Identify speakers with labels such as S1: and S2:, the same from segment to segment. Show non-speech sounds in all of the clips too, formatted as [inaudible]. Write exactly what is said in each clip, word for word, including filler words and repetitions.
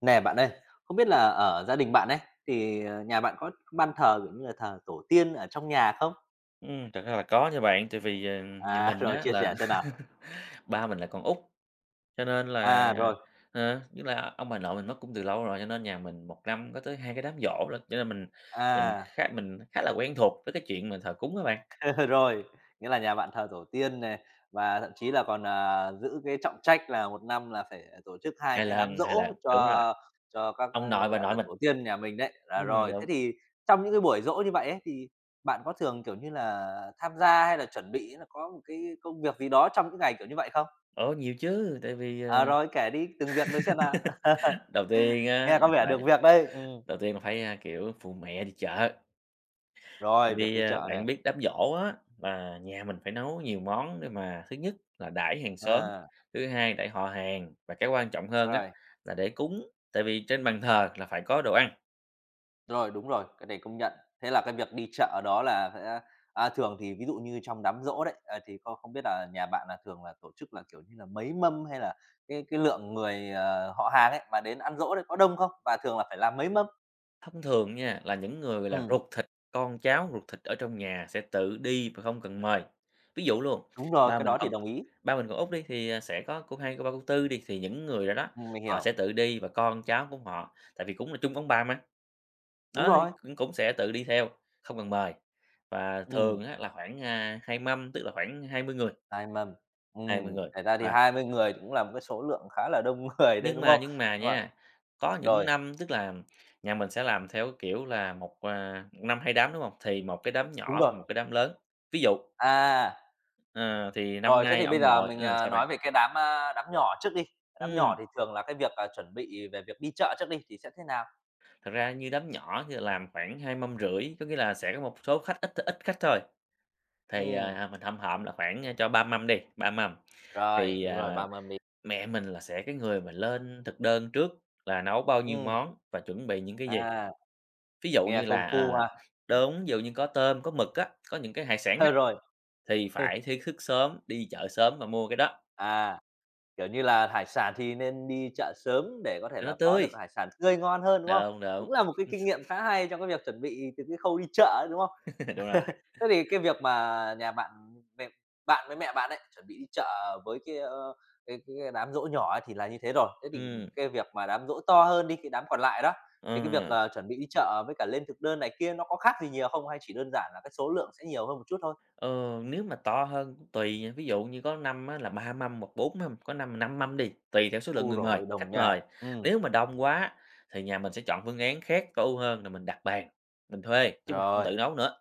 S1: Nè bạn ơi, không biết là ở gia đình bạn ấy thì, ờ, nhà bạn có ban thờ, kiểu như là, thờ tổ tiên ở trong nhà không?
S2: Ừm, thật ra là có nha bạn, tại vì, ờ, nhà
S1: À, [laughs]
S2: mình
S1: rồi,
S2: á
S1: chia
S2: là
S1: sẻ xem nào.
S2: [laughs] ba mình là con út, cho nên là,
S1: À, rồi,
S2: ờ, tức là ông bà nội mình mất cũng từ lâu rồi, cho nên nhà mình một năm có tới hai cái đám giỗ lận, cho nên mình mình
S1: à,
S2: khá mình khá là quen thuộc với cái chuyện mà thờ cúng các bạn.
S1: [laughs] rồi, nghĩa là nhà bạn thờ tổ tiên này và thậm chí là còn, à, giữ cái trọng trách là một năm là phải tổ chức hai
S2: Hai
S1: cái đám
S2: lần, hai
S1: giỗ
S2: lần, đúng rồi,
S1: cho cho các,
S2: ông nội
S1: người,
S2: bà
S1: gọi
S2: nội
S1: là,
S2: mình.
S1: tổ tiên nhà mình đấy. Là
S2: Ừm,
S1: rồi, thế
S2: đúng.
S1: thì trong những cái buổi giỗ như vậy ấy thì bạn có thường, kiểu như là, tham gia hay là chuẩn bị là có một cái công việc gì đó trong những ngày kiểu như vậy không?
S2: Ồ, nhiều chứ, tại vì, ờ,
S1: À, rồi, kể đi từng việc rồi xem nào. [laughs]
S2: [laughs] đầu tiên á
S1: Nghe có
S2: là
S1: vẻ được
S2: phải
S1: việc đấy. Ừm,
S2: đầu tiên là phải, a, kiểu, phụ mẹ đi chợ. Tại
S1: rồi, việc
S2: vì,
S1: đi
S2: à,
S1: chợ này,
S2: bạn biết đám giỗ á, là nhà mình phải nấu nhiều món để mà thứ nhất là đãi hàng xóm,
S1: à,
S2: thứ hai đãi họ hàng và cái quan trọng hơn á,
S1: rồi,
S2: là để cúng. Tại vì trên bàn thờ là phải có đồ ăn.
S1: rồi, đúng rồi, cái này công nhận. Thế là cái việc đi chợ đó là sẽ a, thường thì ví dụ như trong đám giỗ đấy, à, thì không không biết là nhà bạn là thường là tổ chức là, kiểu như là, mấy mâm hay là cái cái lượng người, ờ, họ hàng ấy mà đến ăn giỗ đấy có đông không? Và thường là phải làm mấy mâm?
S2: Thông thường nha, là những người, gọi là,
S1: Ừm,
S2: ruột thịt, con cháu ruột thịt ở trong nhà sẽ tự đi và không cần mời. Ví dụ luôn,
S1: đúng rồi,
S2: ba
S1: cái
S2: mình
S1: đó thì
S2: còn
S1: đồng ý.
S2: ba mình còn út đi thì, à, sẽ có cô hai, cô ba, cô tư đi, thì những người đó đó,
S1: Ừm, mình
S2: họ
S1: hiểu.
S2: sẽ tự đi và con cháu của họ tại vì cúng là chung ông bà mà.
S1: Đúng
S2: Đó, thì
S1: rồi,
S2: cũng cũng sẽ tự đi theo, không cần mời. Và
S1: ừm.
S2: thường á là khoảng, à, hai mâm, tức là khoảng hai mươi người,
S1: hai mươi mâm. Ừ,
S2: hai mươi người.
S1: kể ra thì
S2: Và
S1: hai mươi người cũng là một cái số lượng khá là đông [laughs] người đấy,
S2: nhưng
S1: đúng
S2: mà
S1: không?
S2: nhưng mà
S1: Đúng rồi,
S2: nha, có những
S1: rồi,
S2: năm tức là nhà mình sẽ làm theo cái kiểu là một, à, một năm hai đám, đúng không? Thì một cái đám
S1: đúng
S2: nhỏ và một
S1: rồi.
S2: cái đám lớn. Ví dụ,
S1: À,
S2: ờ, thì năm
S1: rồi thế
S2: nay
S1: thì bây
S2: ông
S1: giờ
S2: nội
S1: mình,
S2: ờ,
S1: à,
S2: sao bạn?
S1: nói về cái đám, a, đám nhỏ trước đi. Đám nhỏ
S2: Ừm,
S1: thì thường là cái việc, à, chuẩn bị về việc đi chợ trước đi thì sẽ thế nào?
S2: thật ra như đám nhỏ thì làm khoảng hai mâm rưỡi, có nghĩa là sẽ có một số khách ít ít khách thôi. Thì,
S1: Ừ,
S2: à, mình họm họm là khoảng à, cho ba mâm đi, ba mâm.
S1: rồi,
S2: Thì,
S1: đúng rồi,
S2: à
S1: ba mâm đi.
S2: mẹ mình là sẽ cái người mà lên thực đơn trước là nấu bao nhiêu
S1: Ừ,
S2: món và chuẩn bị những cái gì.
S1: à,
S2: Ví dụ
S1: nghe
S2: như
S1: công
S2: là,
S1: phu
S2: à,
S1: ha. Ừm,
S2: đúng, ví dụ như có tôm, có mực á, có những cái hải sản á,
S1: [laughs] rồi,
S2: thì
S1: [laughs]
S2: phải thi thức sớm, đi chợ sớm và mua cái đó
S1: à, kiểu như là, hải sản thì nên đi chợ sớm để có thể
S2: cho nó
S1: là có
S2: tươi.
S1: được hải sản tươi ngon hơn, đúng không?
S2: Đúng, đúng.
S1: Cũng là một cái kinh nghiệm khá hay trong cái việc chuẩn bị từ cái khâu đi chợ ấy, đúng không?
S2: [laughs] Đúng rồi.
S1: Thế thì cái việc mà nhà bạn mẹ bạn với mẹ bạn ấy, chuẩn bị đi chợ với cái, ơ, cái cái cái đám dỗ nhỏ ấy thì là như thế rồi. Thế thì
S2: Ừm,
S1: cái việc mà đám dỗ to hơn đi, cái đám còn lại đó, thì cái việc,
S2: ờ,
S1: ờ, chuẩn bị đi chợ với cả lên thực đơn này kia nó có khác gì nhiều không? Hay chỉ đơn giản là cái số lượng sẽ nhiều hơn một chút thôi?
S2: ờ, Nếu mà to hơn cũng tùy nha, ví dụ như có năm á là ba mâm hoặc bốn mâm, có năm là năm mâm đi, tùy theo số lượng
S1: U
S2: người mời,
S1: rồi, đồng
S2: khách
S1: nha.
S2: mời.
S1: Ừ
S2: Nếu mà đông quá thì nhà mình sẽ chọn phương án khác tối ưu hơn là mình đặt bàn, mình thuê chứ mình không
S1: rồi.
S2: tự nấu nữa.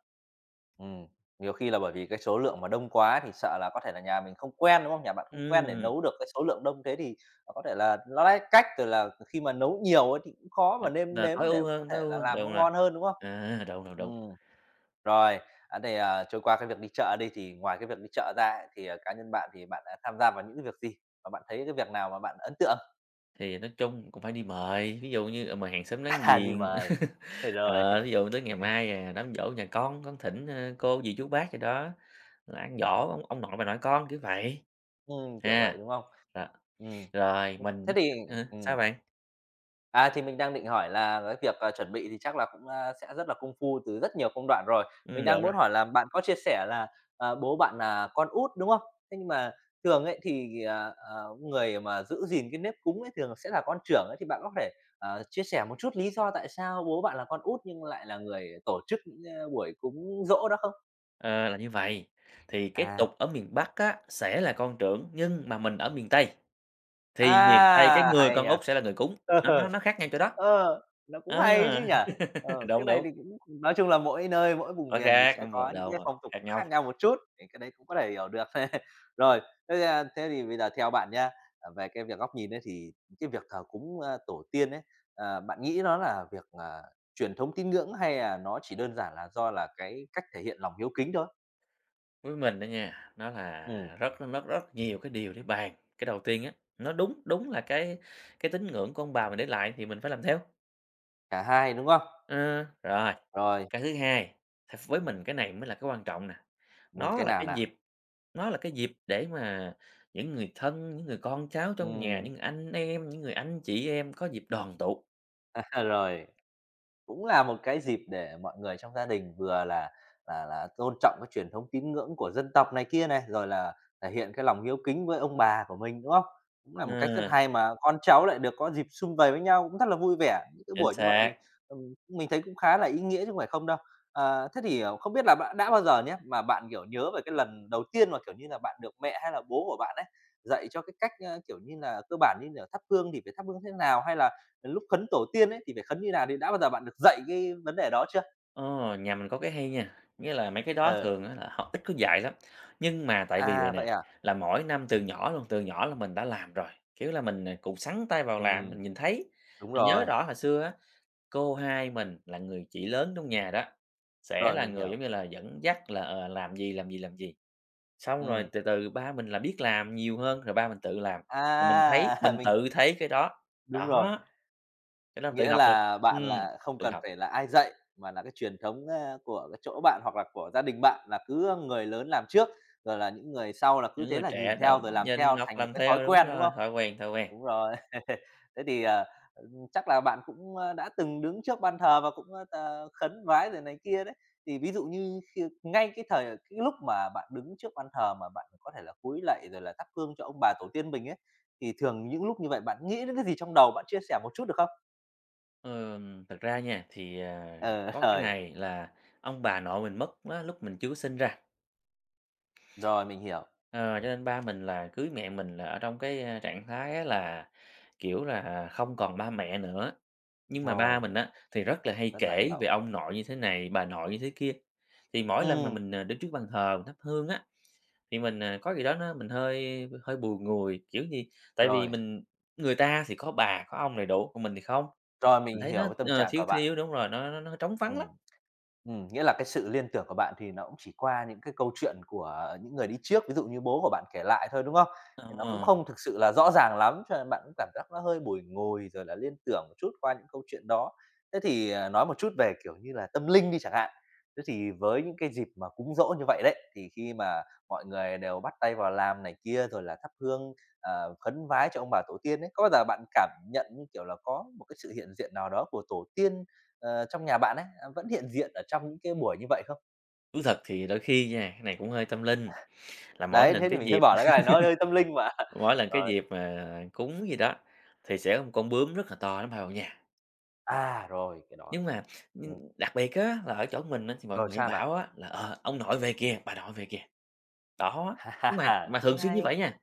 S1: Ừm, nhiều khi là bởi vì cái số lượng mà đông quá thì sợ là có thể là nhà mình không quen, đúng không? Nhà bạn không quen để
S2: Ừm,
S1: nấu được cái số lượng đông thế thì có thể là nó lách cách, rồi là khi mà nấu nhiều ấy thì cũng khó
S2: đ
S1: mà nêm
S2: là
S1: nếm
S2: tối
S1: để
S2: ưu
S1: có
S2: hơn, tối
S1: thể
S2: ưu
S1: là
S2: hơn,
S1: làm nó
S2: đúng rồi,
S1: ngon hơn, đúng không?
S2: à, đúng, đúng, đúng.
S1: Ừm, rồi, à, thì, à, trôi qua cái việc đi chợ đi, thì ngoài cái việc đi chợ ra ấy, thì, à, cá nhân bạn thì bạn đã tham gia vào những cái việc gì? Và bạn thấy cái việc nào mà bạn ấn tượng?
S2: Thì nói chung cũng phải đi mời, ví dụ như, ờ, mời hàng xóm láng
S1: [laughs] À, đi
S2: giềng,
S1: mời, Thế rồi,
S2: ờ, ví dụ tới ngày
S1: [laughs]
S2: mai, à, đám giỗ nhà con, con thỉnh, ơ, cô dì chú bác gì đó là ăn giỗ ông ông nội bà nội con, kiểu vậy,
S1: ừm, kiểu vậy,
S2: ha.
S1: đúng không?
S2: Đó,
S1: Ừm,
S2: rồi mình
S1: thế thì
S2: ờ, sao
S1: ừm.
S2: bạn?
S1: À, thì mình đang định hỏi là cái việc, à, chuẩn bị thì chắc là cũng, a, sẽ rất là công phu từ rất nhiều công đoạn rồi. Mình
S2: Ừm,
S1: đang
S2: đúng rồi,
S1: muốn hỏi là bạn có chia sẻ là, à, bố bạn là con út, đúng không? Thế nhưng mà thường ấy thì, à, ờ, người mà giữ gìn cái nếp cúng ấy thường sẽ là con trưởng ấy, thì bạn có thể, ờ, chia sẻ một chút lý do tại sao bố bạn là con út nhưng lại là người tổ chức những, a, buổi cúng giỗ đó không?
S2: ờ, là như vậy. Thì cái tục
S1: À,
S2: ở miền Bắc á sẽ là con trưởng, nhưng mà mình ở miền Tây, thì miền Tây cái
S1: à,
S2: người
S1: hay
S2: con
S1: nhỉ!
S2: út sẽ là người cúng, nó nó
S1: [laughs]
S2: nó khác nhau chỗ đó.
S1: Ờ, nó cũng
S2: Ờ,
S1: hay ấy chứ nhỉ?
S2: [laughs]
S1: Ờ, cái
S2: đúng,
S1: này
S2: đúng.
S1: thì cũng nói chung là mỗi nơi, mỗi vùng
S2: Nó
S1: miền thì
S2: khác,
S1: sẽ
S2: đúng rồi,
S1: có những
S2: đúng
S1: cái
S2: rồi,
S1: phong tục
S2: khác
S1: khác
S2: nhau.
S1: nhau một chút, thì cái đấy cũng có thể hiểu được. [laughs] Rồi, thế thì, à, thế thì bây giờ theo bạn nhá, à, về cái việc góc nhìn ấy thì cái việc thờ cúng, a, tổ tiên ấy, ờ, bạn nghĩ nó là việc, à, truyền thống tín ngưỡng hay là nó chỉ đơn giản là do là cái cách thể hiện lòng hiếu kính thôi?
S2: Với mình á nha, nó là
S1: Ừm,
S2: rất nó rất nhiều cái điều để bàn. Cái đầu tiên á, nó đúng đúng là cái cái tín ngưỡng của ông bà mình để lại thì mình phải làm theo.
S1: cả hai, đúng không?
S2: Ờ, rồi,
S1: Rồi,
S2: cái thứ hai, th với mình cái này mới là cái quan trọng nè,
S1: ừm,
S2: nó
S1: cái
S2: là
S1: nào
S2: cái
S1: nào?
S2: dịp nó là cái dịp để mà những người thân, những người con cháu trong nhà,
S1: Ừm,
S2: những anh em, những người anh chị em có dịp đoàn tụ.
S1: [laughs] rồi. Cũng là một cái dịp để mọi người trong gia đình vừa là là là tôn trọng cái truyền thống tín ngưỡng của dân tộc này kia này, rồi là thể hiện cái lòng hiếu kính với ông bà của mình, đúng không? Cũng là một cách rất
S2: Ờ,
S1: hay mà con cháu lại được có dịp sum vầy với nhau cũng rất là vui vẻ. Những cái
S2: chính
S1: buổi như vậy thì,
S2: xác.
S1: ừm, mình thấy cũng khá là ý nghĩa chứ không phải không đâu. Ờ, thế thì, ờ, không biết là bạn đã bao giờ nhé mà bạn, kiểu, nhớ về cái lần đầu tiên mà, kiểu như là, bạn được mẹ hay là bố của bạn ấy dạy cho cái cách, ơ, kiểu như là, cơ bản như, là thắp hương thì phải thắp hương thế nào? Hay là Lúc khấn tổ tiên ấy thì phải khấn như nào thì đã bao giờ bạn được dạy cái vấn đề đó chưa?
S2: Ờ, nhà mình có cái hay nha, nghĩa là mấy cái đó
S1: Ờ,
S2: thường á là họ ít có dạy lắm. Nhưng mà tại vì vậy
S1: à,
S2: nè,
S1: vậy à?
S2: là mỗi năm từ nhỏ luôn, từ nhỏ là mình đã làm rồi, kiểu là, mình, à, cũng xắn tay vào làm,
S1: Ừm,
S2: mình nhìn thấy.
S1: đúng
S2: Mình nhớ
S1: rồi,
S2: rõ hồi xưa á, cô hai mình là người chị lớn trong nhà đó, sẽ
S1: rồi,
S2: là
S1: mình
S2: người,
S1: hiểu.
S2: giống như là, dẫn dắt là, ờ, làm gì, làm gì, làm gì. Xong rồi
S1: Ừm,
S2: từ từ ba mình là biết làm nhiều hơn, rồi ba mình tự làm, rồi mình thấy mình
S1: à, [laughs] mình
S2: tự thấy cái đó.
S1: đúng rồi,
S2: Đó, cái đó mình tự
S1: nghĩa
S2: học được.
S1: là
S2: Ừm,
S1: bạn là không
S2: tự
S1: cần
S2: học.
S1: phải là ai dạy, mà là cái truyền thống, a, của cái chỗ bạn hoặc là của gia đình bạn là cứ người lớn làm trước, rồi là những người sau là cứ
S2: Những
S1: thế
S2: người
S1: là
S2: trẻ
S1: nhìn
S2: đó,
S1: theo rồi làm
S2: nhìn,
S1: theo
S2: học
S1: thành một
S2: làm
S1: cái thói
S2: theo, đúng
S1: quen, đúng
S2: rồi,
S1: không?
S2: thói quen, thói quen.
S1: Đúng rồi. [laughs] Thế thì, ờ Chắc là bạn cũng, ơ, đã từng đứng trước ban thờ và cũng, ơ, ờ, tờ- khấn vái rồi này kia đấy. Thì ví dụ như khi ngay cái thời cái lúc mà bạn đứng trước ban thờ mà bạn có thể là cúi lạy rồi là thắp hương cho ông bà tổ tiên mình ấy, thì thường những lúc như vậy bạn nghĩ đến cái gì trong đầu, bạn chia sẻ một chút được không?
S2: Ừm, thực ra nha, thì, à,
S1: Ờ, [laughs]
S2: có cái
S1: rồi,
S2: này là ông bà nội mình mất á lúc mình chưa sinh ra,
S1: rồi, mình hiểu,
S2: ờ, cho nên ba mình là cưới mẹ mình là ở trong cái, a, trạng thái á là, kiểu là, không còn ba mẹ nữa. Nhưng mà ba
S1: rồi,
S2: mình á, thì rất là hay
S1: rất là
S2: kể về
S1: hiểu.
S2: ông nội như thế này, bà nội như thế kia, thì mỗi lần mà
S1: Ừm,
S2: mình, à, đứng trước bàn thờ mình thắp hương á, thì mình, à, có gì đó nó mình hơi hơi buồn người kiểu gì tại vì
S1: rồi,
S2: mình người ta thì có bà, có ông đầy đủ, còn mình thì không,
S1: rồi,
S2: mình
S1: mình
S2: thấy
S1: hiểu
S2: nó,
S1: cái tâm
S2: ờ,
S1: trạng
S2: thiếu
S1: của bạn.
S2: thiếu đúng rồi, nó nó nó trống vắng lắm.
S1: Ừm. Ừm, nghĩa là cái sự liên tưởng của bạn thì nó cũng chỉ qua những cái câu chuyện của những người đi trước, ví dụ như bố của bạn kể lại thôi, đúng không? Thì nó cũng
S2: Ờ,
S1: không thực sự là rõ ràng lắm, cho nên bạn cũng cảm giác nó hơi bùi ngồi rồi là liên tưởng một chút qua những câu chuyện đó. Thế thì, à, nói một chút về, kiểu như là, tâm linh đi chẳng hạn. Thế thì với những cái dịp mà cúng dỗ như vậy đấy, thì khi mà mọi người đều bắt tay vào làm này kia, rồi là thắp hương, ờ, khấn vái cho ông bà tổ tiên ấy, có bao giờ bạn cảm nhận, như kiểu là, có một cái sự hiện diện nào đó của tổ tiên ờ, trong nhà bạn ấy, à, vẫn hiện diện ở trong những cái buổi như vậy không?
S2: thú thật thì đôi khi nha, cái này cũng hơi tâm linh, là mỗi
S1: Đấy,
S2: lần
S1: thế thì
S2: cái
S1: mình mới
S2: dịp
S1: bảo là cái này nó hơi tâm linh mà.
S2: mỗi lần
S1: [laughs]
S2: cái
S1: Rồi,
S2: dịp mà cúng gì đó thì sẽ có một con bướm rất là to nó bay vào nhà.
S1: à, rồi, cái đó,
S2: Nhưng mà, ưm, đặc biệt á là ở chỗ mình á thì mọi
S1: rồi
S2: người hay
S1: sao nào?
S2: bảo á là "Ờ, ông nội về kìa, bà nội về kìa." Đó, nhưng mà
S1: [laughs]
S2: mà
S1: Cũng
S2: thường xuyên như
S1: hay.
S2: vậy nha,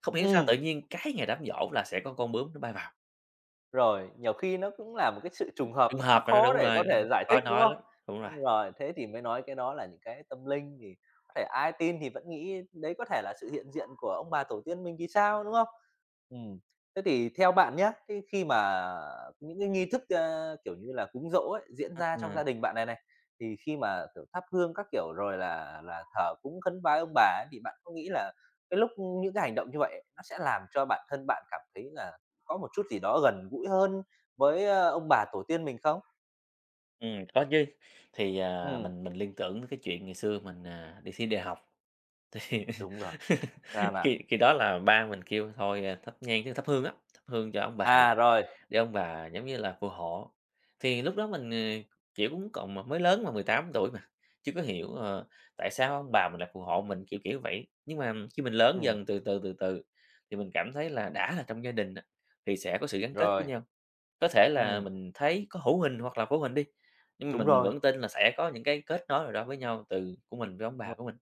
S2: không hiểu sao
S1: Ừm.
S2: tự nhiên cái ngày đám giỗ là sẽ có con bướm nó bay vào,
S1: Rồi, nhiều khi nó cũng là một cái sự trùng hợp,
S2: trùng
S1: nó cũng
S2: hợp rồi đó,
S1: khó
S2: đúng
S1: để
S2: rồi,
S1: có thể giải
S2: khó
S1: thích, đúng
S2: nói
S1: không?
S2: lắm, đúng rồi.
S1: Rồi, thế thì mới nói cái đó là những cái tâm linh thì có thể ai tin thì vẫn nghĩ đấy có thể là sự hiện diện của ông bà tổ tiên mình thì sao, đúng không? Ừm, thế thì theo bạn nhá, thế khi mà những cái nghi thức, ơ, kiểu như là, cúng dỗ ấy, diễn ra trong
S2: Ừm,
S1: gia đình bạn này này, thì khi mà, kiểu, thắp hương các kiểu rồi là là thờ cúng khấn vái ông bà ấy, thì bạn có nghĩ là cái lúc những cái hành động như vậy nó sẽ làm cho bản thân bạn cảm thấy là có một chút gì đó gần gũi hơn với, ơ, ông bà tổ tiên mình không?
S2: ừm, có chứ, thì, à,
S1: Ừm,
S2: mình mình liên tưởng tới cái chuyện ngày xưa mình, à, đi thi đại học thì
S1: đúng rồi, Ra
S2: [laughs]
S1: là,
S2: khi khi đó là ba mình kêu thôi, à, thắp nhang chứ thắp hương á, thắp hương cho ông bà.
S1: À, rồi,
S2: Để ông bà giống như là phù hộ. Thì lúc đó mình, ờ, kiểu, cũng còn m mới lớn mà, mười tám tuổi mà, [laughs] chưa có hiểu, ờ, tại sao ông bà mình lại phù hộ mình, kiểu, kiểu vậy. Nhưng mà khi mình lớn
S1: ừm,
S2: dần từ từ, từ từ thì mình cảm thấy là đã là trong gia đình á, thì sẽ có sự gắn kết với
S1: rồi,
S2: nhau. Có thể là
S1: ừm,
S2: mình thấy có hữu hình hoặc là vô hình đi, nhưng mà
S1: đúng
S2: mình mình
S1: rồi,
S2: vẫn tin là sẽ có những cái kết nối nào đó với nhau từ của mình với ông bà của mình.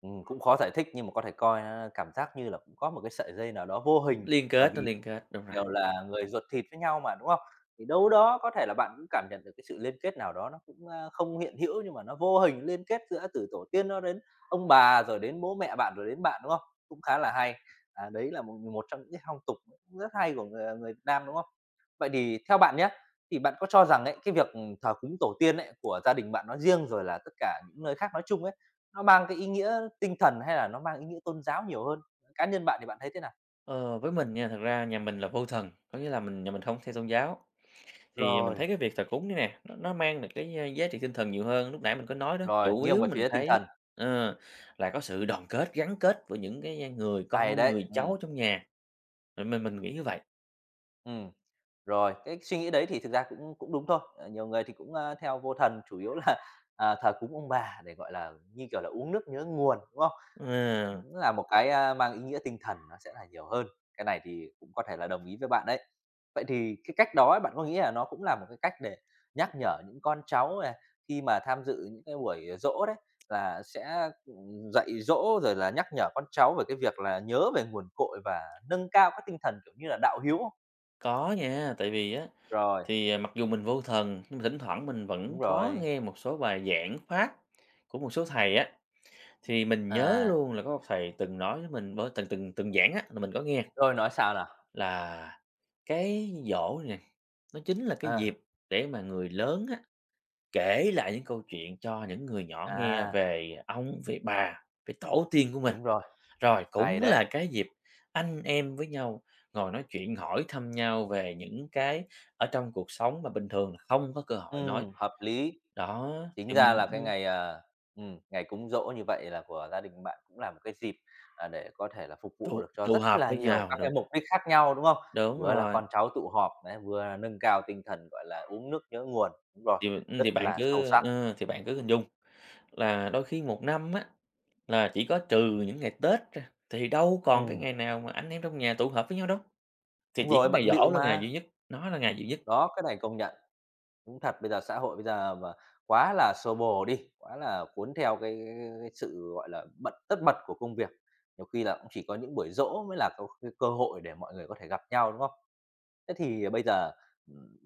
S1: ừm, cũng khó giải thích nhưng mà có thể coi nó cảm giác như là cũng có một cái sợi dây nào đó vô hình,
S2: Liên
S1: bởi
S2: kết,
S1: vì
S2: nó liên kết, đúng rồi.
S1: Đều là người ruột thịt với nhau mà, đúng không? Thì đâu đó có thể là bạn cũng cảm nhận được cái sự liên kết nào đó nó cũng, a, không hiện hữu nhưng mà nó vô hình liên kết giữa từ tổ tiên nó đến ông bà, rồi đến bố mẹ bạn, rồi đến bạn, đúng không? Cũng khá là hay. À, đấy là một một trong những cái phong tục cũng rất hay của người, à, người Việt Nam, đúng không? Vậy thì theo bạn nhé, thì bạn có cho rằng ấy, cái việc, ừ, thờ cúng tổ tiên ấy của gia đình bạn nói riêng, rồi là tất cả những nơi khác nói chung ấy, nó mang cái ý nghĩa tinh thần hay là nó mang ý nghĩa tôn giáo nhiều hơn? Cá nhân bạn thì bạn thấy thế nào?
S2: Ờ, với mình nha, thật ra nhà mình là vô thần, có nghĩa là mình nhà mình không theo tôn giáo. Thì mình
S1: Rồi.
S2: thấy cái việc thờ cúng này nè, nó nó mang được cái, a, giá trị tinh thần nhiều hơn, lúc nãy mình có nói đó,
S1: Rồi,
S2: chủ
S1: nghiêng
S2: yếu
S1: về
S2: mình
S1: phía tinh
S2: thấy
S1: thần,
S2: á ờ, là có sự đoàn kết, gắn kết với những cái, người con,
S1: hay
S2: người
S1: đấy, ừm,
S2: cháu trong nhà. Mình mình mình nghĩ như vậy.
S1: ừm. Rồi, cái suy nghĩ đấy thì thực ra cũng cũng đúng thôi. Ờ, Nhiều người thì cũng, a, theo vô thần, chủ yếu là, [laughs] à, thờ cúng ông bà để, gọi là, như kiểu là, uống nước nhớ nguồn, đúng không?
S2: Ờ,
S1: Cũng là một cái, a, mang ý nghĩa tinh thần nó sẽ là nhiều hơn. Cái này thì cũng có thể là đồng ý với bạn đấy. Vậy thì cái cách đó ấy, bạn có nghĩ là nó cũng là một cái cách để nhắc nhở những con cháu này, khi mà tham dự những cái buổi dỗ đấy, là sẽ, ừm, dạy dỗ rồi là nhắc nhở con cháu về cái việc là nhớ về nguồn cội và nâng cao cái tinh thần, kiểu như là, đạo hiếu không?
S2: có nha, tại vì á,
S1: Rồi.
S2: thì, à, mặc dù mình vô thần, nhưng mà thỉnh thoảng mình vẫn
S1: Đúng
S2: có
S1: rồi,
S2: nghe một số bài giảng Pháp của một số thầy á, thì mình nhớ
S1: à,
S2: luôn là có một thầy từng nói với mình bởi từng từng từng giảng á, là mình có nghe.
S1: rồi nói sao nào?
S2: Là cái giỗ nè, nó chính là cái
S1: Ờ,
S2: dịp để mà người lớn á, kể lại những câu chuyện cho những người nhỏ nghe
S1: à,
S2: về ông, về bà, về tổ tiên của mình.
S1: đúng rồi,
S2: Rồi cũng
S1: hay
S2: là
S1: đấy,
S2: cái dịp anh em với nhau ngồi nói chuyện, hỏi thăm nhau về những cái ở trong cuộc sống mà bình thường là không có cơ hội nói.
S1: ừm, hợp lý.
S2: Đó,
S1: Chính
S2: thì
S1: ra
S2: mình,
S1: là cái
S2: ừm,
S1: ngày, à, ừm, ngày cúng giỗ như vậy là của gia đình bạn cũng là một cái dịp, à, để có thể là phục vụ
S2: tụ
S1: được cho
S2: tụ
S1: rất
S2: họp
S1: là
S2: với
S1: nhiều
S2: nhau,
S1: các
S2: đúng,
S1: cái mục đích khác nhau, đúng không?
S2: đúng
S1: Vừa là
S2: rồi,
S1: con cháu tụ họp này, vừa là nâng cao tinh thần, gọi là, uống nước nhớ nguồn, đúng rồi,
S2: thì, ừm,
S1: rất
S2: thì bạn
S1: là sâu
S2: cứ,
S1: sắc.
S2: ơ, thì bạn cứ hình dung là đôi khi một năm á, là chỉ có trừ những ngày Tết ra, thì đâu còn cái
S1: Ừm,
S2: ngày nào mà anh em trong nhà tụ họp với nhau đâu, thì
S1: đúng
S2: chỉ có
S1: rồi,
S2: ngày
S1: bận
S2: giỗ
S1: bịu
S2: là ngày
S1: mà,
S2: duy nhất, nó là ngày duy nhất.
S1: đó, cái này công nhận. Đúng thật, bây giờ xã hội bây giờ mà quá là xô bồ đi, quá là cuốn theo cái cái cái sự, gọi là, bận tất bật của công việc, nhiều khi là cũng chỉ có những buổi giỗ mới là có cái cơ hội để mọi người có thể gặp nhau, đúng không? Thế thì bây giờ, ừm,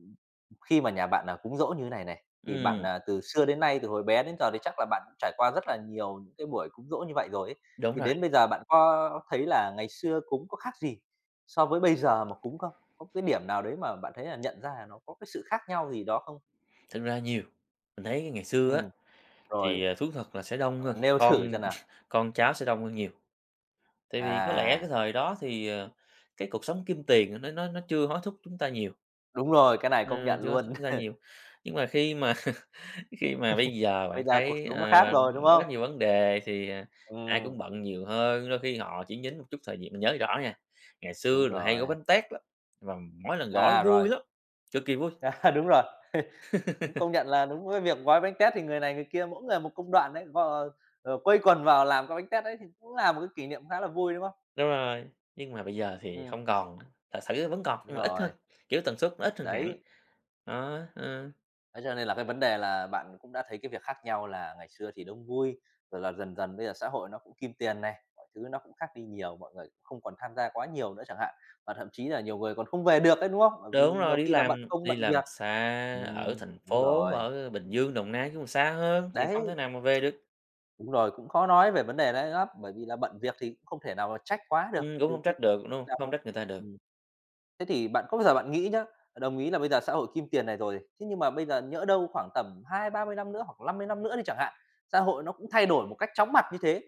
S1: khi mà nhà bạn, là cúng giỗ như thế này này, thì bạn,
S2: Ừm,
S1: là từ xưa đến nay, từ hồi bé đến giờ thì chắc là bạn cũng trải qua rất là nhiều những cái buổi cúng giỗ như vậy rồi ấy,
S2: đúng
S1: thì
S2: rồi,
S1: đến bây giờ bạn có thấy là ngày xưa cúng có khác gì so với bây giờ mà cúng không? Có cái điểm nào đấy mà bạn thấy là nhận ra là nó có cái sự khác nhau gì đó không?
S2: thực ra nhiều. Mình thấy cái ngày xưa á,
S1: Ừm,
S2: thì,
S1: rồi,
S2: ờ, thú thật là sẽ đông
S1: ờ,
S2: hơn,
S1: nêu thử
S2: con
S1: xem nào.
S2: [laughs] con cháu sẽ đông hơn nhiều, tại vì có lẽ cái
S1: À,
S2: thời đó thì, ờ, cái cuộc sống kim tiền nó nó nó chưa hối thúc chúng ta nhiều,
S1: đúng rồi, cái này công
S2: ờ,
S1: nhận
S2: chưa hối thúc
S1: luôn.
S2: chúng ta
S1: [laughs]
S2: nhiều. Nhưng mà khi mà Khi mà bây giờ
S1: Bây
S2: bạn
S1: giờ cuộc
S2: thấy,
S1: sống nó
S2: ờ,
S1: khác rồi, đúng không?
S2: quá nhiều vấn đề thì, à, ai
S1: Ừm,
S2: cũng bận nhiều hơn, đôi khi họ chỉ nhín một chút thời gian. Mình nhớ rõ nha, ngày xưa
S1: đúng
S2: là hay gói
S1: rồi.
S2: bánh tét lắm, và mỗi lần gói
S1: À, rồi,
S2: vui lắm, cực kỳ vui.
S1: [laughs] à, đúng rồi. [laughs] Cũng công nhận là đúng cái việc gói bánh tét thì người này người kia mỗi người một công đoạn đấy, gò ờ, quây quần vào làm cái bánh tét đấy thì cũng là một cái kỷ niệm khá là vui, đúng không?
S2: Đúng rồi, nhưng mà bây giờ thì không
S1: Ừ,
S2: còn nữa, thật sự vẫn còn nhưng mà ít hơn,
S1: rồi,
S2: kiểu, tần suất nó ít hơn hẳn.
S1: đấy.
S2: Đó, ờ,
S1: Thế cho nên là cái vấn đề là bạn cũng đã thấy cái việc khác nhau là ngày xưa thì đông vui, rồi là dần dần bây giờ xã hội nó cũng kim tiền này, mọi thứ nó cũng khác đi nhiều, mọi người cũng không còn tham gia quá nhiều nữa chẳng hạn. Và thậm chí là nhiều người còn không về được đấy, đúng không? Bởi vì
S2: đúng rồi,
S1: nhiều
S2: đi
S1: khi là bận
S2: làm
S1: công
S2: đi
S1: bận
S2: làm
S1: việc.
S2: xa ở
S1: Ừm,
S2: thành
S1: đúng
S2: phố,
S1: rồi.
S2: ở Bình Dương, Đồng Nai cũng xa hơn thì không thể
S1: Đấy,
S2: nào mà về được.
S1: đúng rồi, cũng khó nói về vấn đề đấy lắm, bởi vì là bận việc thì cũng không thể nào mà trách quá được,
S2: Ừm, cũng
S1: chứ
S2: không
S1: khi
S2: trách được, đúng hông?
S1: là
S2: Không
S1: một
S2: trách người ta được.
S1: Thế thì bạn có bao giờ bạn nghĩ nhá, đồng ý là bây giờ xã hội kim tiền này rồi, thế nhưng mà bây giờ nhỡ đâu khoảng tầm hai ba mươi năm nữa hoặc năm mươi năm nữa đi chẳng hạn, xã hội nó cũng thay đổi một cách chóng mặt như thế,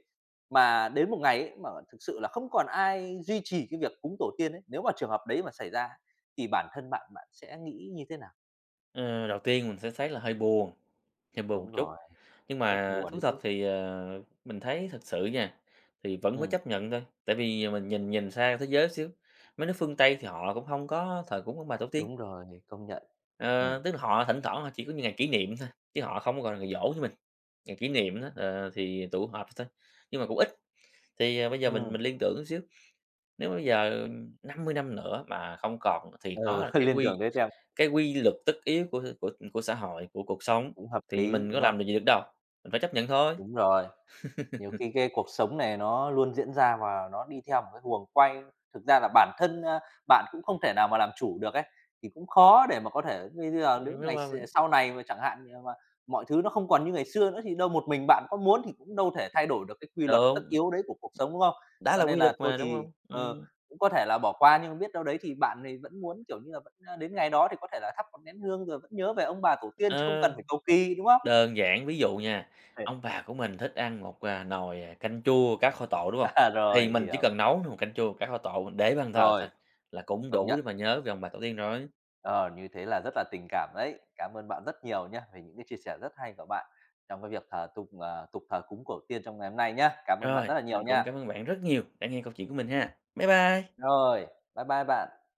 S1: mà đến một ngày ấy mà thực sự là không còn ai duy trì cái việc cúng tổ tiên ấy, nếu mà trường hợp đấy mà xảy ra thì bản thân bạn, bạn sẽ nghĩ như thế nào?
S2: Ờ, đầu tiên mình sẽ thấy là hơi buồn, hơi buồn một
S1: Đúng
S2: chút,
S1: rồi,
S2: nhưng
S1: rất
S2: mà
S1: buồn
S2: thú
S1: đấy
S2: thật
S1: chứ.
S2: thì, ờ, mình thấy thật sự nha, thì vẫn phải
S1: Ừm,
S2: chấp nhận thôi, tại vì mình nhìn nhìn sang thế giới xíu, mấy nước phương Tây thì họ cũng không có thờ cúng ông bà tổ tiên,
S1: đúng rồi, công nhận.
S2: ờ,
S1: Ừm,
S2: tức là họ thỉnh thoảng họ chỉ có những ngày kỷ niệm thôi, chứ họ không còn là, ngày giỗ như mình, ngày kỷ niệm đó, ờ, thì tụ họp thôi, nhưng mà cũng ít. Thì, ờ, bây giờ
S1: ừm,
S2: mình
S1: ừ,
S2: mình liên tưởng xíu, nếu bây giờ năm mươi năm nữa mà không còn
S1: Ờ,
S2: thì nó là
S1: [laughs]
S2: cái
S1: liên tưởng
S2: quy
S1: đấy xem
S2: cái quy luật tất yếu của của của xã hội, của cuộc sống
S1: cũng hợp
S2: thì
S1: lý,
S2: mình có
S1: đúng
S2: làm được
S1: không?
S2: gì được đâu, mình phải chấp nhận thôi,
S1: Đúng rồi. Nhiều khi cái cuộc sống này nó luôn diễn ra và nó đi theo một cái guồng quay, thực ra là bản thân, a, bạn cũng không thể nào mà làm chủ được ấy, thì cũng khó để mà có thể bây giờ nếu
S2: ừm, đúng
S1: ngày s
S2: hông?
S1: sau này mà chẳng hạn như mà mọi thứ nó không còn như ngày xưa nữa thì đâu một mình bạn có muốn thì cũng đâu thể thay đổi được cái quy luật tất
S2: Đúng,
S1: yếu đấy của cuộc sống, đúng không?
S2: đã
S1: Cho
S2: là
S1: nên
S2: quy luật
S1: là thôi
S2: mà, đúng
S1: thì,
S2: không?
S1: ờ,
S2: Ừm,
S1: cũng có thể là bỏ qua nhưng biết đâu đấy thì bạn thì vẫn muốn, kiểu như là, vẫn, a, đến ngày đó thì có thể là thắp một nén hương rồi vẫn nhớ về ông bà tổ tiên chứ không
S2: ờ,
S1: cần phải cầu kỳ, đúng không?
S2: đơn giản ví dụ nha, ông bà của mình thích ăn một, à, nồi, à, canh chua cá kho tộ, đúng không?
S1: [laughs] à,
S2: Thì
S1: rồi,
S2: mình chỉ
S1: hiểu,
S2: cần nấu một canh chua cá kho tộ mình để bàn thờ thôi
S1: rồi,
S2: là cũng
S1: công
S2: đủ
S1: nhận.
S2: để mà nhớ về ông bà tổ tiên rồi.
S1: Ờ, Như thế là rất là tình cảm đấy. Cảm ơn bạn rất nhiều nhé về những cái chia sẻ rất hay của bạn trong cái việc thờ tục, ờ, tục thờ cúng tổ tiên trong ngày hôm nay nhé. Cảm ơn bạn
S2: Rồi,
S1: rất là nhiều
S2: mình cũng
S1: nha.
S2: cảm ơn bạn rất nhiều đã nghe câu chuyện của mình ha. Bye bye.
S1: Rồi, bye bye bạn.